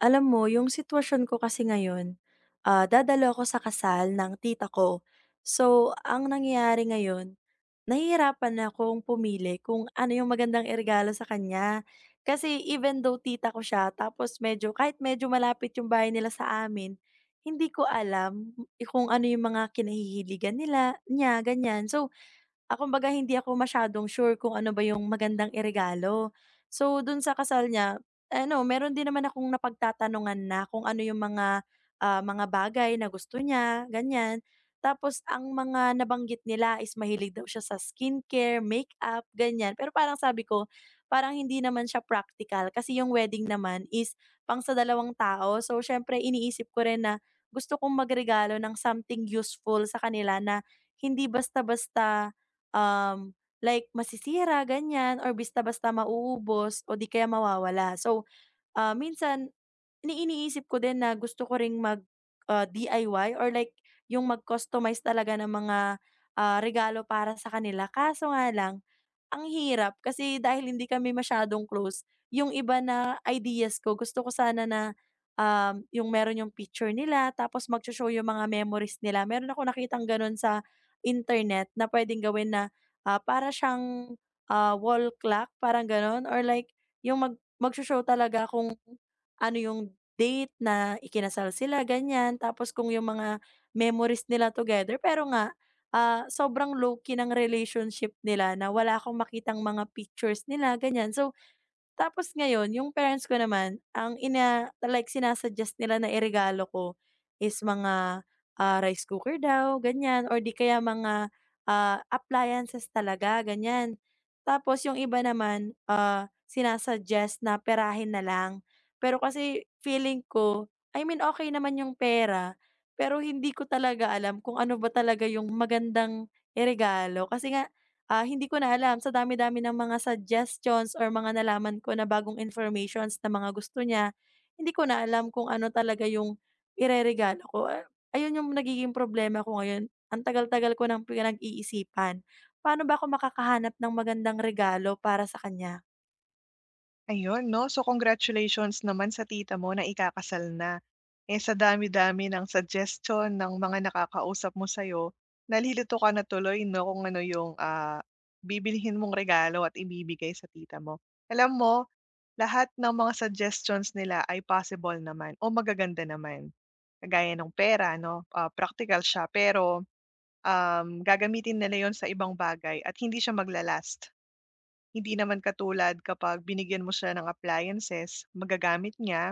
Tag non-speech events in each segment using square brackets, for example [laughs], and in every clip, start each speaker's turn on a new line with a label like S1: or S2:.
S1: Alam mo, yung sitwasyon ko kasi ngayon, dadalo ako sa kasal ng tita ko. So, ang nangyayari ngayon, nahihirapan na akong pumili kung ano yung magandang iregalo sa kanya. Kasi even though tita ko siya, tapos medyo, kahit medyo malapit yung bahay nila sa amin, hindi ko alam kung ano yung mga kinahihiligan nila, niya, ganyan. So, kumbaga hindi ako masyadong sure kung ano ba yung magandang iregalo. So, dun sa kasal niya, ano, meron din naman akong napagtatanungan na kung ano yung mga, mga bagay na gusto niya, ganyan. Tapos ang mga nabanggit nila is mahilig daw siya sa skincare, makeup, ganyan. Pero parang sabi ko, parang hindi naman siya practical kasi yung wedding naman is pang sa dalawang tao. So, syempre iniisip ko rin na gusto kong magregalo ng something useful sa kanila na hindi basta-basta um, like masisira ganyan or basta basta mauubos o di kaya mawawala. So, minsan iniisip ko din na gusto ko ring mag, DIY or like yung mag-customize talaga ng mga, regalo para sa kanila kaso nga lang ang hirap kasi dahil hindi kami masyadong close, yung iba na ideas ko gusto ko sana na, yung meron yung picture nila tapos magso-show yung mga memories nila. Meron akong nakitang gano'n sa internet na puwedeng gawin na, para siyang, wall clock parang gano'n or like yung mag magso-show talaga kung ano yung date na ikinasal sila, ganyan. Tapos kung yung mga memories nila together pero nga sobrang low-key ng relationship nila na wala akong makitang mga pictures nila, ganyan. So, tapos ngayon yung parents ko naman ang ina like sina-suggest nila na iregalo ko is mga, rice cooker daw ganyan or di kaya mga, appliances talaga ganyan. Tapos yung iba naman, sina-suggest na perahin na lang. Pero kasi feeling ko, I mean okay naman yung pera, pero hindi ko talaga alam kung ano ba talaga yung magandang iregalo kasi nga. Hindi ko na alam sa dami-dami ng mga suggestions or mga nalaman ko na bagong informations na mga gusto niya, hindi ko na alam kung ano talaga yung ireregalo ko. Ayun yung nagiging problema ko ngayon, ang tagal-tagal ko ng pinag-iisipan. Paano ba ako makakahanap ng magandang regalo para sa kanya?
S2: Ayun 'no, so congratulations naman sa tita mo na ikakasal na. Eh, sa dami-dami ng suggestion ng mga nakakausap mo sa'yo, nalilito ka na tuloy 'no kung ano yung, bibilhin mong regalo at ibibigay sa tita mo. Alam mo, lahat ng mga suggestions nila ay possible naman o magaganda naman. Kagaya ng pera 'no, praktikal siya pero, gagamitin nila yon sa ibang bagay at hindi siya maglalast. Hindi naman katulad kapag binigyan mo siya ng appliances, magagamit niya,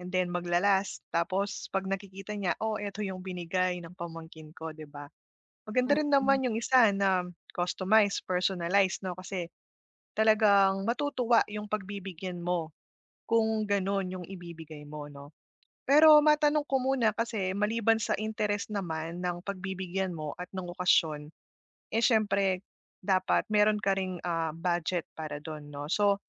S2: and then tapos 'pag nakikita niya, "Oh, eto yung binigay ng pamangkin ko," 'di ba? Maganda rin
S1: Mm.
S2: naman yung isa na customized, personalized 'no, kasi talagang matutuwa yung pagbibigyan mo kung gano'n yung ibibigay mo 'no. Pero matanong ko muna kasi maliban sa interes naman ng pagbibigyan mo at ng okasyon, eh, siyempre dapat meron ka ring, budget para do'n 'no. So,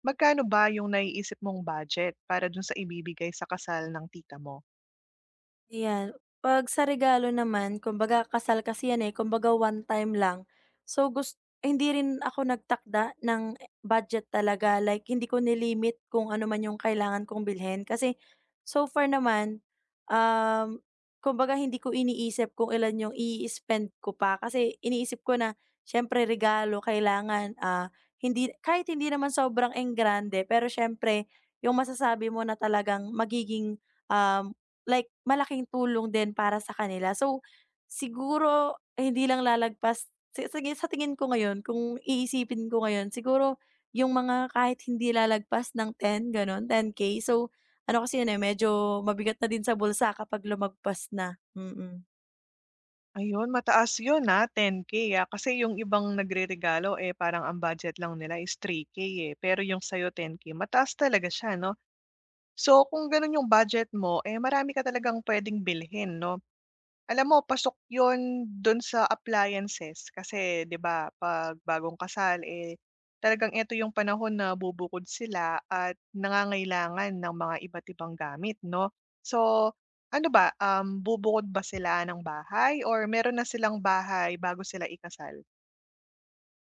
S2: magkano ba yung naiisip mong budget para dun sa ibibigay sa kasal ng tita mo?
S1: Ayan, 'pag sa regalo naman kumbaga kasal kasi 'yan, eh, kumbaga one time lang. So hindi rin ako nagtakda ng budget talaga, like hindi ko nilimit kung ano man yung kailangan kong bilhin kasi so far naman, um, kumbaga hindi ko iniisip kung ilan yung i spend ko pa kasi iniisip ko na siyempre regalo kailangan, kahit hindi naman sobrang enggrande pero siyempre yung masasabi mo na talagang magiging, like malaking tulong din para sa kanila. So, siguro eh, hindi lang lalagpas si sige sa tingin ko ngayon kung iisipin ko ngayon siguro yung mga kahit hindi lalagpas ng 10 gano'n, 10K. So, ano kasi yun, eh, medyo mabigat na din sa bulsa kapag lumagpas na,
S2: Ayun, mataas yun na 10K, ah, kasi yung ibang nagreregalo, eh, parang ang budget lang nila is 3K, eh, pero yung sa'yo 10K, mataas talaga siya 'no? So, kung gano'n yung budget mo, eh, marami ka talagang puwedeng bilhin 'no. Alam mo, pasok yon do'n sa appliances, kasi 'di ba 'pag bagong kasal, eh, talagang eto yung panahon na bubukod sila at nangangailangan ng mga iba't ibang gamit 'no. So, ano ba, bubukod ba sila ng bahay or meron na silang bahay bago sila ikasal?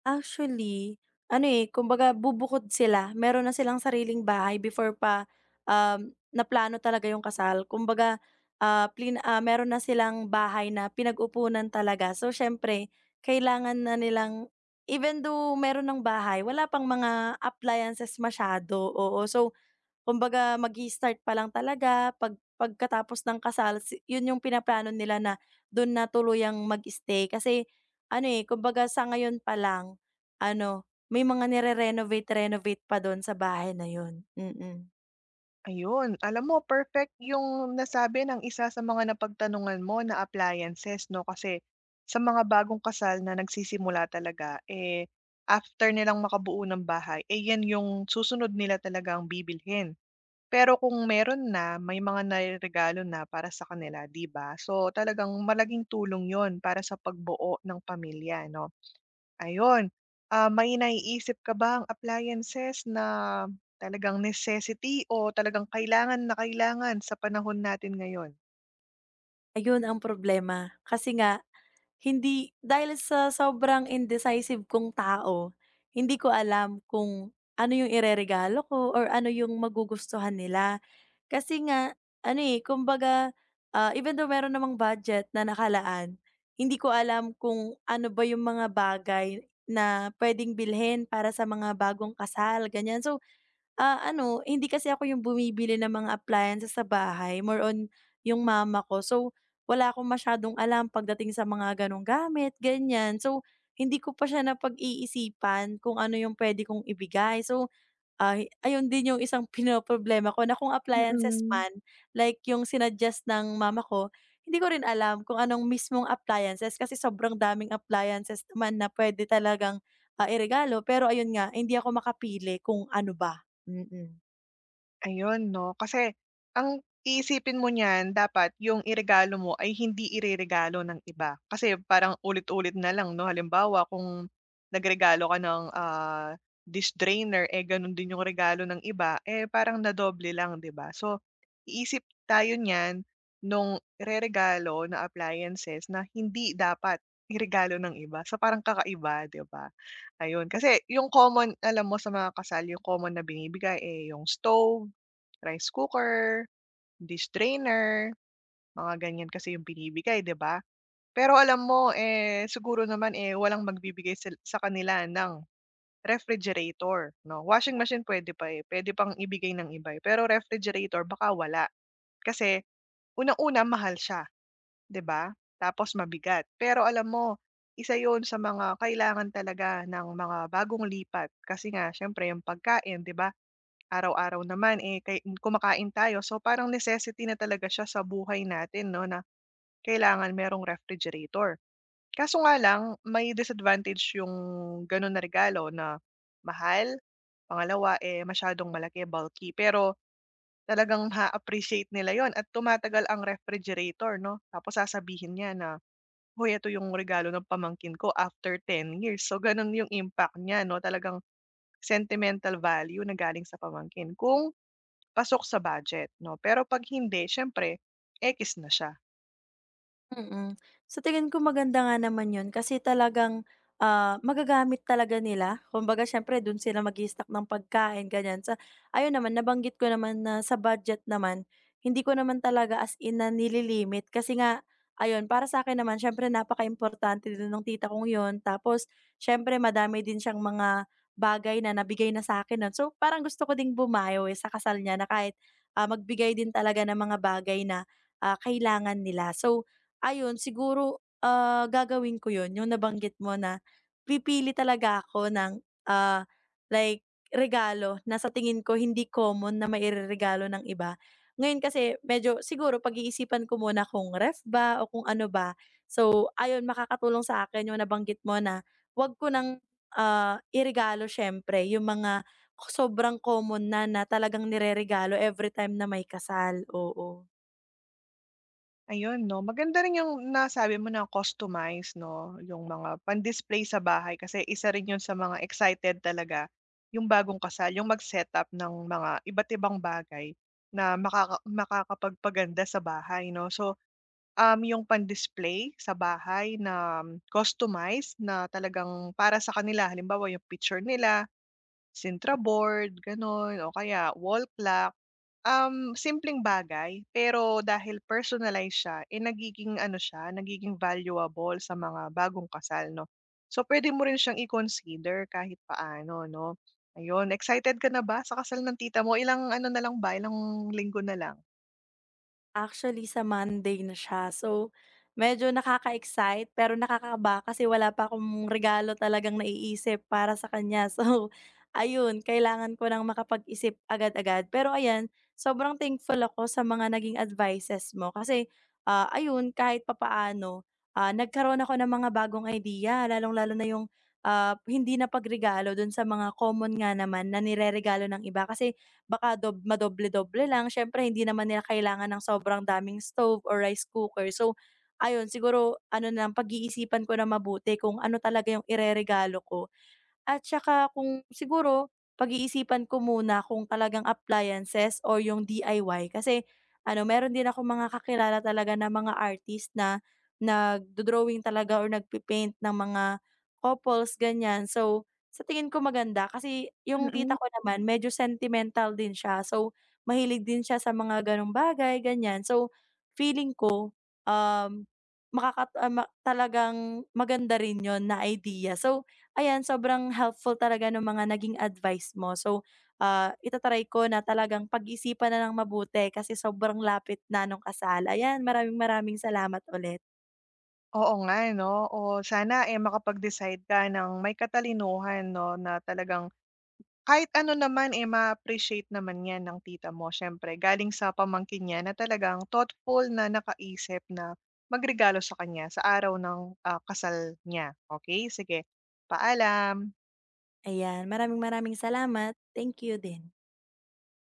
S1: Actually, ano, eh, kumbaga bubukod sila. Meron na silang sariling bahay before pa, naplano talaga yung kasal. Kumbaga, meron na silang bahay na pinag-upunan talaga. So, siyempre kailangan na nilang even though meron ng bahay, wala pang mga appliances masyado, oo. So, kumbaga mag-i-start pa lang talaga, pagkatapos ng kasal yun yung pinaplano nila na dun na tuluyang mag-stay kasi ano, eh, kumbaga sa ngayon pa lang ano, may mga nire-renovate-renovate pa dun sa bahay na yun,
S2: Ayun, alam mo, perfect yung nasabi ng isa sa mga napagtanungan mo na appliances 'no, kasi sa mga bagong kasal na nagsisimula talaga, eh, after nilang makabuo ng bahay, eh, 'yan yung susunod nila talaga ang bibilhin. Pero kung meron na, may mga nairegalo na para sa kanila, 'di ba? So, talagang malaking tulong yon para sa pagbuo ng pamilya 'no. Ayun, may naiisip ka bang appliances na talagang necessity o talagang kailangan na kailangan sa panahon natin ngayon?
S1: Ayun ang problema kasi nga, hindi dahil sa sobrang indecisive kong tao, hindi ko alam kung ano yung ireregalo ko or ano yung magugustuhan nila. Kasi nga ano, eh, kumbaga, even though meron namang budget na nakalaan, hindi ko alam kung ano ba yung mga bagay na puwedeng bilhin para sa mga bagong kasal, ganyan. So, ano, hindi kasi ako yung bumibili ng mga appliances sa bahay, more on yung mama ko. So, wala akong masyadong alam pagdating sa mga ganong gamit, ganyan. So, hindi ko pa siya napag-iisipan kung ano yung pwede kong ibigay. So, ayun din yung isang pinoproblema ko na kung appliances
S2: Mm.
S1: man, like yung sinuggest ng mama ko, hindi ko rin alam kung anong mismong appliances kasi sobrang daming appliances naman na pwede talagang, iregalo pero ayun nga hindi ako makapili kung ano ba, mm.
S2: Ayun 'no, kasi ang iisipin mo niyan, dapat yung iregalo mo ay hindi ireregalo ng iba. Kasi parang ulit-ulit na lang 'no, halimbawa kung nagregalo ka ng, dish drainer, eh, ganun din yung regalo ng iba, eh, parang nadoble lang, 'di ba? So, iisip tayo niyan nung ireregalo na appliances na hindi dapat iregalo ng iba. So, parang kakaiba, 'di ba? Ayun, kasi yung common, alam mo sa mga kasal yung common na binibigay, eh, yung stove, rice cooker, dish drainer, mga ganyan kasi yung binibigay, 'di ba? Pero alam mo, eh, siguro naman, eh, walang magbibigay sa kanila ng refrigerator, 'no? Washing machine pwede pa, eh, puwede pang ibigay ng iba, eh, pero refrigerator baka wala. Kasi unang-una mahal siya, 'di ba? Tapos mabigat. Pero alam mo, isa yon sa mga kailangan talaga ng mga bagong lipat kasi nga siyempre yung pagkain, 'di ba? Araw-araw naman, eh, kay kumakain tayo. So, parang necessity na talaga siya sa buhay natin 'no, na kailangan merong refrigerator. Kaso nga lang, may disadvantage yung gano'n na regalo, na mahal, pangalawa, eh, masyadong malaki, bulky. Pero talagang ma appreciate nila 'yon at tumatagal ang refrigerator 'no. Tapos sasabihin niya na, "Hoy, ito yung regalo ng pamangkin ko after 10 years." So, gano'n yung impact niya 'no, talagang sentimental value na galing sa pamangkin. Kung pasok sa budget 'no, pero 'pag hindi, siyempre ekis na siya.
S1: Mm. Sa tingin ko maganda nga naman 'yun kasi talagang, magagamit talaga nila. Kumbaga siyempre dun sila mag-i-stock ng pagkain ganyan sa ayun naman nabanggit ko naman na sa budget naman, hindi ko naman talaga as in na nililimit kasi nga ayun para sa'kin naman siyempre napakaimportante din nung tita kong 'yun tapos siyempre madami din siyang mga bagay na nabigay na sa'kin nun. So, parang gusto ko ding bumawi sa kasal niya na kahit, magbigay din talaga ng mga bagay na, kailangan nila. So, ayun siguro, gagawin ko 'yun, yung nabanggit mo na pipili talaga ako ng, ah, like regalo na sa tingin ko hindi common na maireregalo ng iba. Ngayon kasi medyo siguro pag-iisipan ko muna kung ref ba o kung ano ba. So ayun, makakatulong sa akin yung nabanggit mo na 'wag ko ng, iregalo siyempre yung mga sobrang common na, na talagang nireregalo every time na may kasal, oo.
S2: Ayun 'no, maganda rin yung nasabi mo na customize 'no, yung mga pan-display sa bahay, kasi isa rin yun sa mga excited talaga yung bagong kasal, yung mag-setup ng mga iba't ibang bagay na makakapagpaganda sa bahay 'no. So, yung pan-display sa bahay na customized, na talagang para sa kanila, halimbawa yung picture nila Sintra board, gano'n o kaya wall clock. Simpleng bagay pero dahil personalize siya, eh, nagiging ano siya, nagiging valuable sa mga bagong kasal 'no. So, pwede mo rin siyang i-consider kahit paano 'no. Ayun, excited ka na ba sa kasal ng tita mo? Ilang ano na lang ba, ilang linggo na lang?
S1: Actually sa Monday na siya. So, medyo nakaka-excite pero nakakakaba kasi wala pa akong regalo talagang naiisip para sa kanya. [laughs] So, ayun kailangan ko ng makapag-isip agad-agad. Pero ayan, sobrang thankful ako sa mga naging advices mo kasi, ayun kahit papaano, nagkaroon ako ng mga bagong idea lalong-lalo na yung, hindi na pagregalo dun sa mga common nga naman na nireregalo ng iba. Kasi baka dob madoble-doble lang siyempre hindi naman nila kailangan ng sobrang daming stove or rice cooker. So, ayun siguro ano na lang pag-iisipan ko na mabuti kung ano talaga yung ireregalo ko. At saka kung siguro pag-iisipan ko muna kung talagang appliances or yung DIY kasi ano meron din ako mga kakilala talaga na mga artist na nag drawing talaga or nagpi-paint ng mga couples ganyan. So, sa tingin ko maganda kasi yung tita
S2: Mm,
S1: ko naman medyo sentimental din siya. So, mahilig din siya sa mga ganong bagay ganyan. So, feeling ko, um, makakat ah, ma talagang maganda rin yon na idea. So ayan, sobrang helpful talaga ng mga naging advice mo. So, ita-try ko na talagang pag-isipan na ng mabuti kasi sobrang lapit na nung kasal. Ayan, maraming maraming salamat ulit.
S2: oo nga 'no. O sana, eh, makapag-decide ka ng may katalinuhan 'no na talagang kahit ano naman, eh, ma appreciate naman 'yan ng tita mo siyempre galing sa pamangkin niya na talagang thoughtful na nakaisip na magregalo sa kanya sa araw ng, kasal niya. Okay, sige. Paalam.
S1: Ayan, maraming maraming salamat. Thank you din.